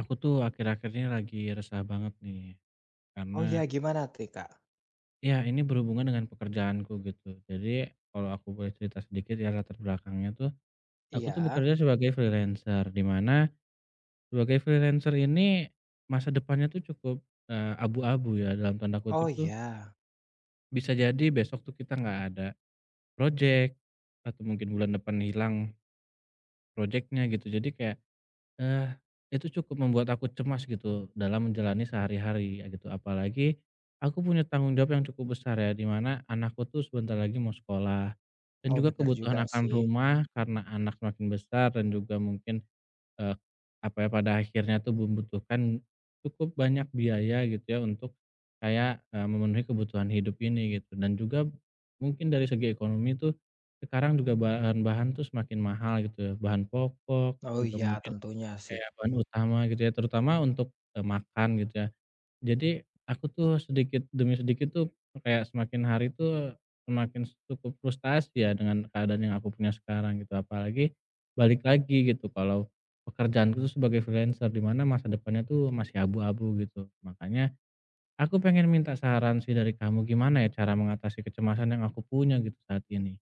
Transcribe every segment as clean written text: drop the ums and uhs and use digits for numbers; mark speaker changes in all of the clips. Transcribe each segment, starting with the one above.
Speaker 1: Aku tuh akhir-akhir ini lagi resah banget nih,
Speaker 2: Oh
Speaker 1: karena
Speaker 2: iya, gimana tuh, Kak?
Speaker 1: ya ini berhubungan dengan pekerjaanku gitu. Jadi kalau aku boleh cerita sedikit ya latar belakangnya tuh, aku tuh
Speaker 2: Iya.
Speaker 1: bekerja sebagai freelancer, di mana sebagai freelancer ini masa depannya tuh cukup abu-abu ya dalam tanda
Speaker 2: Oh
Speaker 1: kutip tuh
Speaker 2: iya.
Speaker 1: bisa jadi besok tuh kita nggak ada project atau mungkin bulan depan hilang projectnya gitu. Jadi kayak eh itu cukup membuat aku cemas gitu dalam menjalani sehari-hari ya gitu, apalagi aku punya tanggung jawab yang cukup besar ya, di mana anakku tuh sebentar lagi mau sekolah dan
Speaker 2: Oh
Speaker 1: juga
Speaker 2: benar
Speaker 1: kebutuhan
Speaker 2: juga
Speaker 1: akan
Speaker 2: sih.
Speaker 1: rumah karena anak makin besar dan juga mungkin, eee, apa ya, pada akhirnya tuh membutuhkan cukup banyak biaya gitu ya untuk kayak, memenuhi kebutuhan hidup ini gitu dan juga mungkin dari segi ekonomi tuh sekarang juga bahan-bahan tuh semakin mahal gitu ya, bahan pokok
Speaker 2: Oh
Speaker 1: juga
Speaker 2: iya,
Speaker 1: mungkin
Speaker 2: tentunya sih.
Speaker 1: kayak bahan utama gitu ya, terutama untuk, makan gitu ya. Jadi aku tuh sedikit demi sedikit tuh kayak semakin hari tuh semakin cukup frustasi ya dengan keadaan yang aku punya sekarang gitu, apalagi balik lagi gitu kalau pekerjaanku tuh sebagai freelancer, di mana masa depannya tuh masih abu-abu gitu. Makanya aku pengen minta saran sih dari kamu, gimana ya cara mengatasi kecemasan yang aku punya gitu saat ini?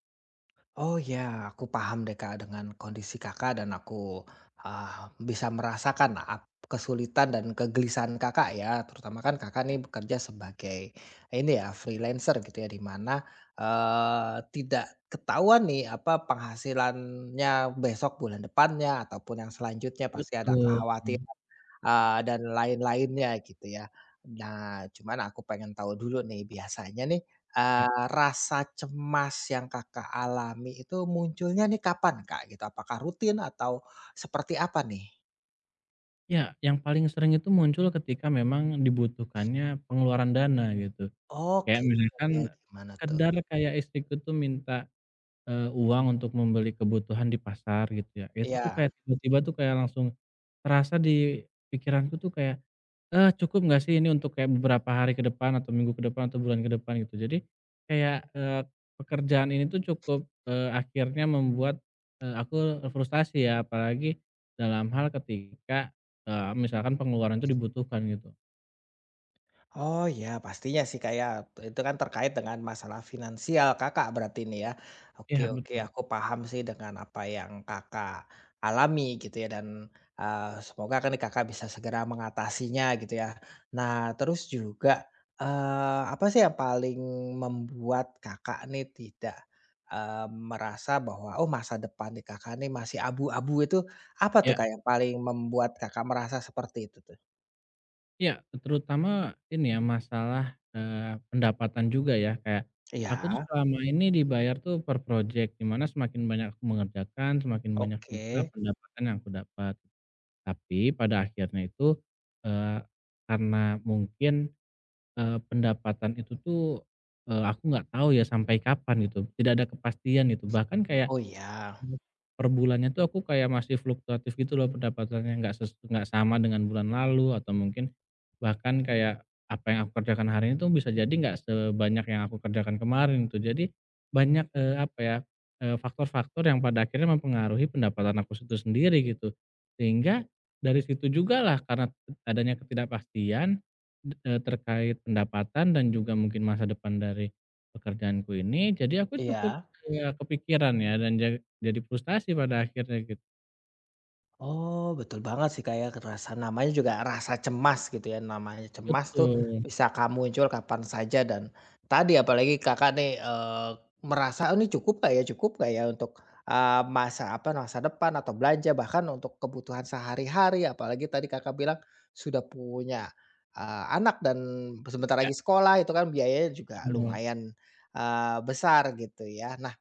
Speaker 2: Oh ya, aku paham deh Kak dengan kondisi Kakak dan aku, bisa merasakan kesulitan dan kegelisahan Kakak ya, terutama kan Kakak nih bekerja sebagai ini ya, freelancer gitu ya, di mana, tidak ketahuan nih apa penghasilannya besok, bulan depannya, ataupun yang selanjutnya pasti ada
Speaker 1: Betul. Mhm.
Speaker 2: kekhawatiran, dan lain-lainnya gitu ya. Nah, cuman aku pengen tahu dulu nih biasanya nih, rasa cemas yang Kakak alami itu munculnya nih kapan, Kak, gitu? Apakah rutin atau seperti apa nih?
Speaker 1: Ya, yang paling sering itu muncul ketika memang dibutuhkannya pengeluaran dana gitu. Kayak
Speaker 2: Oke,
Speaker 1: misalkan
Speaker 2: ya gimana tuh?
Speaker 1: sekedar kayak istriku tuh minta uang untuk membeli kebutuhan di pasar gitu ya, itu tuh
Speaker 2: Iya.
Speaker 1: kayak tiba-tiba tuh kayak langsung terasa di pikiranku tuh kayak, "Eh, cukup nggak sih ini untuk kayak beberapa hari ke depan atau minggu ke depan atau bulan ke depan?" Gitu. Jadi kayak, pekerjaan ini tuh cukup, akhirnya membuat, aku frustasi ya apalagi dalam hal ketika, misalkan pengeluaran itu dibutuhkan gitu.
Speaker 2: Oh ya, pastinya sih Kak ya, itu kan terkait dengan masalah finansial Kakak berarti ini ya. Oke
Speaker 1: Iya
Speaker 2: oke,
Speaker 1: betul.
Speaker 2: aku paham sih dengan apa yang Kakak alami gitu ya dan semoga kan nih Kakak bisa segera mengatasinya gitu ya. Nah, terus juga apa sih yang paling membuat Kakak nih tidak merasa bahwa oh masa depan di Kakak nih masih abu-abu itu apa tuh
Speaker 1: Iya.
Speaker 2: Kak yang paling membuat Kakak merasa seperti itu tuh?
Speaker 1: Iya, terutama ini ya, masalah, pendapatan juga ya, kayak aku tuh
Speaker 2: Iya,
Speaker 1: selama ini dibayar tuh per project, dimana semakin banyak aku mengerjakan, semakin banyak juga
Speaker 2: oke.
Speaker 1: pendapatan yang aku dapat. Tapi pada akhirnya itu, eee, karena mungkin, pendapatan itu tuh, aku nggak tahu ya sampai kapan gitu, tidak ada kepastian gitu. Bahkan kayak
Speaker 2: Oh iya,
Speaker 1: Mmm, per bulannya tuh aku kayak masih fluktuatif gitu loh pendapatannya, nggak sama dengan bulan lalu atau mungkin bahkan kayak apa yang aku kerjakan hari ini tuh bisa jadi nggak sebanyak yang aku kerjakan kemarin tuh. Jadi banyak, apa ya, faktor-faktor yang pada akhirnya mempengaruhi pendapatan aku itu sendiri gitu. Sehingga dari situ jugalah karena adanya ketidakpastian, terkait pendapatan dan juga mungkin masa depan dari pekerjaanku ini, jadi aku cukup,
Speaker 2: iya.
Speaker 1: kepikiran ya dan jadi frustasi pada akhirnya gitu.
Speaker 2: Oh, betul banget sih, kayak rasa namanya juga rasa cemas gitu ya, namanya cemas tuh
Speaker 1: Betul.
Speaker 2: bisa kamu muncul kapan saja dan tadi apalagi Kakak nih, merasa, "Oh, ini cukup nggak ya untuk masa apa, masa depan atau belanja bahkan untuk kebutuhan sehari-hari." Apalagi tadi Kakak bilang sudah punya anak dan sebentar
Speaker 1: Ya,
Speaker 2: lagi sekolah itu kan biayanya juga
Speaker 1: betul.
Speaker 2: lumayan, besar gitu ya. Nah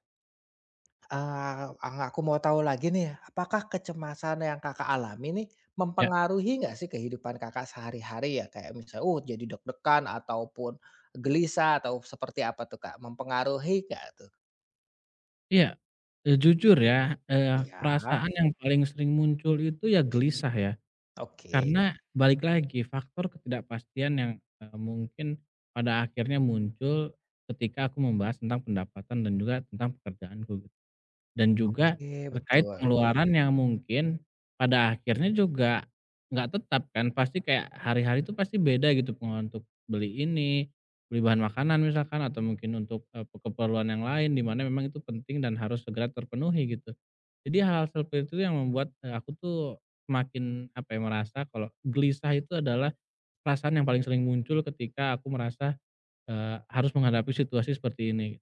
Speaker 2: ah ang aku mau tahu lagi nih, apakah kecemasan yang Kakak alami nih,
Speaker 1: Ya,
Speaker 2: mempengaruhi nggak sih kehidupan Kakak sehari-hari ya? Kayak misalnya, jadi deg-degan ataupun gelisah atau seperti apa tuh, Kak? Mempengaruhi nggak tuh?
Speaker 1: iya, jujur ya,
Speaker 2: Iya,
Speaker 1: perasaan yang paling sering muncul itu ya gelisah ya,
Speaker 2: oke.
Speaker 1: karena balik lagi faktor ketidakpastian yang, mungkin pada akhirnya muncul ketika aku membahas tentang pendapatan dan juga tentang pekerjaanku. Dan juga
Speaker 2: Oke,
Speaker 1: terkait
Speaker 2: betul.
Speaker 1: pengeluaran yang mungkin pada akhirnya juga nggak tetap kan, pasti kayak hari-hari itu pasti beda gitu pengeluaran untuk beli ini, beli bahan makanan misalkan atau mungkin untuk, keperluan yang lain di mana memang itu penting dan harus segera terpenuhi gitu. Jadi hal-hal seperti itu yang membuat, aku tuh semakin apa ya, merasa kalau gelisah itu adalah perasaan yang paling sering muncul ketika aku merasa, harus menghadapi situasi seperti ini.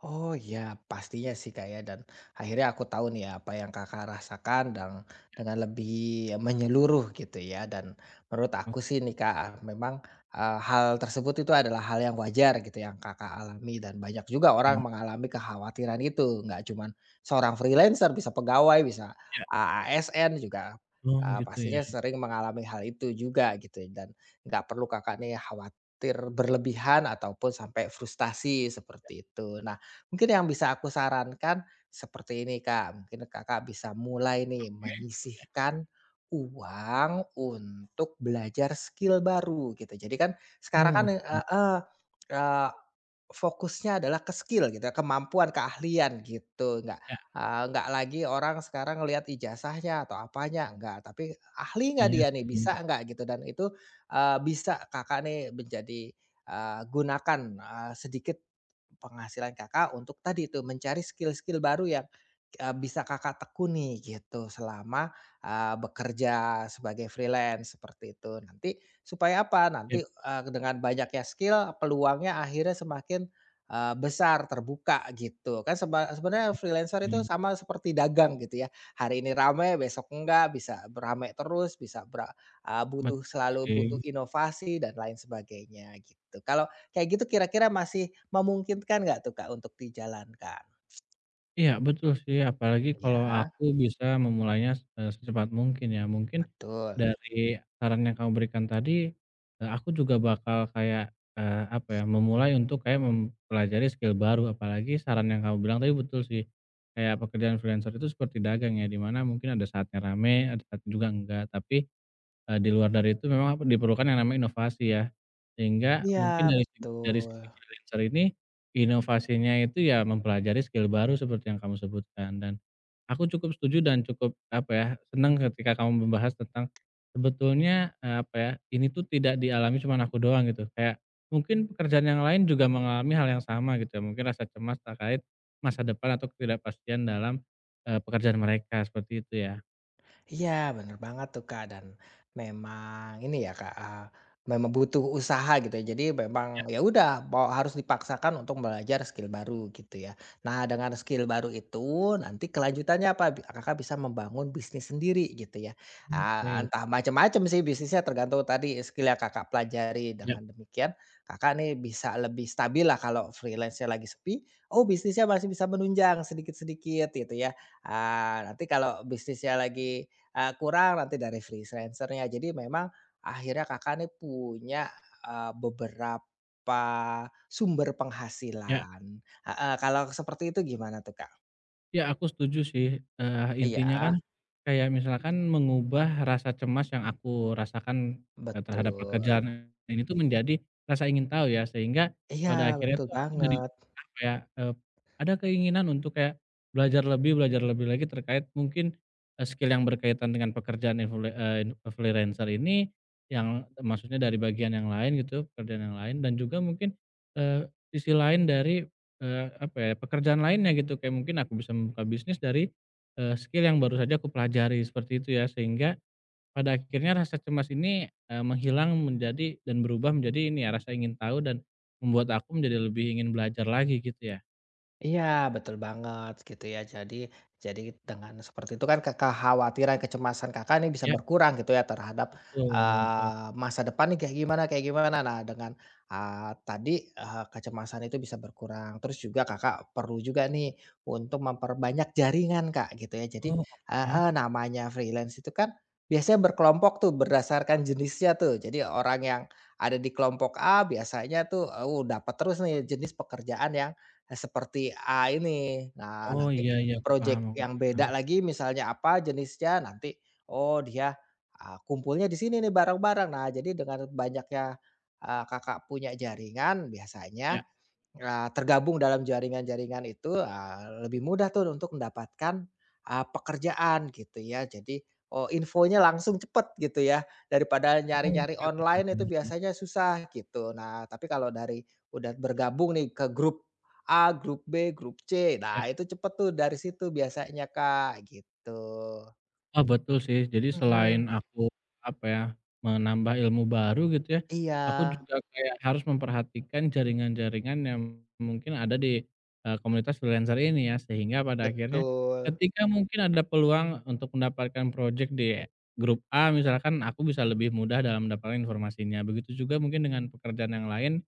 Speaker 2: Oh ya, pastinya sih Kak ya dan akhirnya aku tahu nih ya apa yang Kakak rasakan dan dengan lebih menyeluruh gitu ya dan menurut aku
Speaker 1: Oke,
Speaker 2: sih nih Kak memang hal tersebut itu adalah hal yang wajar gitu yang Kakak alami dan banyak juga orang mengalami kekhawatiran itu nggak cuman seorang freelancer bisa pegawai bisa
Speaker 1: ya.
Speaker 2: ASN juga
Speaker 1: Oh gitu ya.
Speaker 2: pastinya sering mengalami hal itu juga gitu dan nggak perlu Kakak nih khawatir berlebihan ataupun sampai frustasi seperti itu. Mungkin yang bisa aku sarankan seperti ini, Kak, mungkin Kakak bisa mulai nih menyisihkan uang untuk belajar skill baru gitu. Jadi kan sekarang
Speaker 1: Oh
Speaker 2: kan
Speaker 1: oke.
Speaker 2: heeh, eee, fokusnya adalah ke skill gitu ya, kemampuan, keahlian gitu, nggak,
Speaker 1: Ya.
Speaker 2: eee, nggak lagi orang sekarang lihat ijazahnya atau apanya, nggak, tapi ahli nggak
Speaker 1: Iya
Speaker 2: dia nih,
Speaker 1: sih,
Speaker 2: bisa nggak gitu dan itu, bisa Kakak nih gunakan, sedikit Penghasilan Kakak untuk tadi itu mencari skill-skill baru yang bisa Kakak tekuni gitu selama bekerja sebagai freelance seperti itu. Nanti supaya apa?
Speaker 1: iya
Speaker 2: Nanti, dengan banyaknya skill peluangnya akhirnya semakin besar, terbuka gitu. Kan sebenarnya freelancer itu
Speaker 1: sih,
Speaker 2: sama seperti dagang gitu ya. Hari ini rame, besok enggak, bisa rame terus, bisa butuh
Speaker 1: betul
Speaker 2: selalu butuh
Speaker 1: sih.
Speaker 2: inovasi dan lain sebagainya gitu. Kalau Kayak gitu kira-kira masih memungkinkan nggak tuh Kak untuk dijalankan?
Speaker 1: Iya betul sih, apalagi kalau
Speaker 2: Iya,
Speaker 1: aku bisa memulainya, secepat mungkin ya. Mungkin
Speaker 2: betul.
Speaker 1: dari saran yang kamu berikan tadi, aku juga bakal kayak, apa ya, memulai untuk kayak mempelajari skill baru, apalagi saran yang kamu bilang tadi betul sih, kayak pekerjaan freelancer itu seperti dagang ya, di mana mungkin ada saatnya rame, ada saatnya juga enggak, tapi di luar dari itu memang diperlukan yang namanya inovasi ya, sehingga mungkin
Speaker 2: Iya,
Speaker 1: dari si dari sisi
Speaker 2: betul.
Speaker 1: freelancer ini, inovasinya itu ya mempelajari skill baru seperti yang kamu sebutkan dan aku cukup setuju dan cukup apa ya, senang ketika kamu membahas tentang sebetulnya, apa ya, ini tuh tidak dialami cuman aku doang gitu, kayak mungkin pekerjaan yang lain juga mengalami hal yang sama gitu ya, mungkin rasa cemas terkait masa depan atau ketidakpastian dalam, pekerjaan mereka seperti itu ya.
Speaker 2: Iya, bener banget tuh, Kak, dan memang ini ya, Kak, memang butuh usaha gitu ya. Jadi
Speaker 1: Ya,
Speaker 2: memang ya udah mau harus dipaksakan untuk belajar skill baru gitu ya. Nah, dengan skill baru itu nanti kelanjutannya apa, Kakak bisa membangun bisnis sendiri gitu ya. Ah,
Speaker 1: oke,
Speaker 2: entah macam-macam sih bisnisnya tergantung tadi skill yang Kakak pelajari.
Speaker 1: ya
Speaker 2: Dengan demikian Kakak nih bisa lebih stabil lah kalau freelance-nya lagi sepi, oh bisnisnya masih bisa menunjang sedikit-sedikit gitu ya. Ah, nanti kalau bisnisnya lagi kurang nanti dari freelancernya Jadi memang akhirnya Kakak nih punya beberapa sumber
Speaker 1: ya.
Speaker 2: penghasilan. Heeh, kalau seperti itu gimana tuh, Kak?
Speaker 1: Ya, aku setuju sih, intinya
Speaker 2: Iya,
Speaker 1: kan, mhm, kayak misalkan mengubah rasa cemas yang aku rasakan, terhadap
Speaker 2: betul.
Speaker 1: pekerjaan ini tuh menjadi rasa ingin tahu ya, sehingga
Speaker 2: Iya,
Speaker 1: pada akhirnya
Speaker 2: betul
Speaker 1: tuh aku jadi
Speaker 2: banget.
Speaker 1: kayak ya, ada keinginan untuk kayak belajar lebih lagi terkait mungkin, skill yang berkaitan dengan pekerjaan freelancer ini, yang maksudnya dari bagian yang lain gitu, pekerjaan yang lain dan juga mungkin, sisi lain dari Eee, apa ya, pekerjaan lainnya gitu, kayak mungkin aku bisa membuka bisnis dari, skill yang baru saja aku pelajari, seperti itu ya. Sehingga pada akhirnya rasa cemas ini, menghilang menjadi dan berubah menjadi ini ya, rasa ingin tahu dan membuat aku menjadi lebih ingin belajar lagi gitu ya?
Speaker 2: Iya, betul banget gitu ya. Jadi dengan seperti itu kan kekhawatiran, kecemasan Kakak ini bisa
Speaker 1: Ya,
Speaker 2: berkurang gitu ya terhadap,
Speaker 1: betul betul.
Speaker 2: eee, masa depan nih kayak gimana kayak gimana. Nah dengan tadi, kecemasan itu bisa berkurang. Terus juga Kakak perlu juga nih untuk memperbanyak jaringan, Kak, gitu ya. Jadi
Speaker 1: Oh, oke.
Speaker 2: heeh, namanya freelance itu kan biasanya berkelompok tuh berdasarkan jenisnya tuh. Jadi orang yang ada di kelompok A biasanya tuh dapat terus nih jenis pekerjaan yang seperti A ini. Nah,
Speaker 1: Oh,
Speaker 2: nanti
Speaker 1: iya iya, aku paham
Speaker 2: projek
Speaker 1: aku
Speaker 2: yang
Speaker 1: paham.
Speaker 2: beda lagi misalnya apa jenisnya, nanti, oh dia, kumpulnya di sini nih barang-barang, Nah, jadi dengan banyaknya, Kakak punya jaringan biasanya
Speaker 1: Ya.
Speaker 2: Tergabung dalam jaringan-jaringan itu, lebih mudah tuh untuk mendapatkan pekerjaan gitu ya. Jadi, oh infonya langsung cepet gitu ya, daripada nyari-nyari
Speaker 1: Oke, aku
Speaker 2: online
Speaker 1: paham
Speaker 2: itu
Speaker 1: sih.
Speaker 2: biasanya susah gitu. Nah, tapi kalau dari udah bergabung nih ke grup A, grup B, grup C, nah
Speaker 1: Ya.
Speaker 2: itu cepet tuh dari situ biasanya Kak, gitu.
Speaker 1: Oh, betul sih. Jadi
Speaker 2: Mhm,
Speaker 1: selain mhm aku, apa ya, menambah ilmu baru gitu ya,
Speaker 2: iya,
Speaker 1: aku juga kayak harus memperhatikan jaringan-jaringan yang mungkin ada di, komunitas freelancer ini ya. Sehingga pada akhirnya
Speaker 2: betul.
Speaker 1: ketika mungkin ada peluang untuk mendapatkan project di grup A misalkan, aku bisa lebih mudah dalam mendapatkan informasinya. Begitu juga mungkin dengan pekerjaan yang lain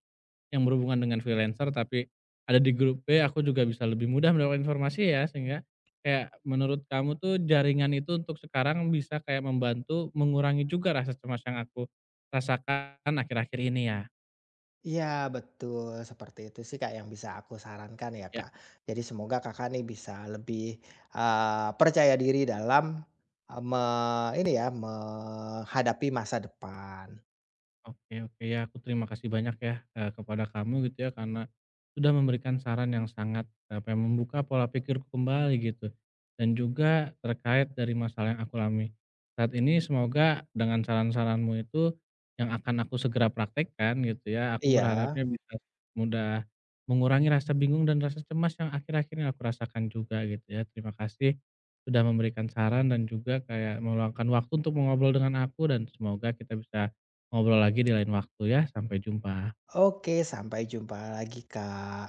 Speaker 1: yang berhubungan dengan freelancer tapi ada di grup B, aku juga bisa lebih mudah mendapatkan informasi ya, sehingga kayak menurut kamu tuh jaringan itu untuk sekarang bisa kayak membantu mengurangi juga rasa cemas yang aku rasakan akhir-akhir ini ya?
Speaker 2: Iya betul, seperti itu sih Kak yang bisa aku sarankan ya
Speaker 1: Ya.
Speaker 2: Kak. Jadi semoga Kakak nih bisa lebih percaya diri dalam, eee, me ini ya, menghadapi masa depan.
Speaker 1: Oke oke, ya aku terima kasih banyak ya, kepada kamu gitu ya karena sudah memberikan saran yang sangat, apa ya, membuka pola pikirku kembali gitu, dan juga terkait dari masalah yang aku alami saat ini. Semoga dengan saran-saranmu itu yang akan aku segera praktekkan gitu ya, aku
Speaker 2: Iya,
Speaker 1: berharapnya bisa mudah mengurangi rasa bingung dan rasa cemas yang akhir-akhir ini aku rasakan juga gitu ya. Terima kasih sudah memberikan saran dan juga kayak meluangkan waktu untuk mengobrol dengan aku dan semoga kita bisa ngobrol lagi di lain waktu ya, sampai jumpa.
Speaker 2: oke sampai jumpa lagi Kak.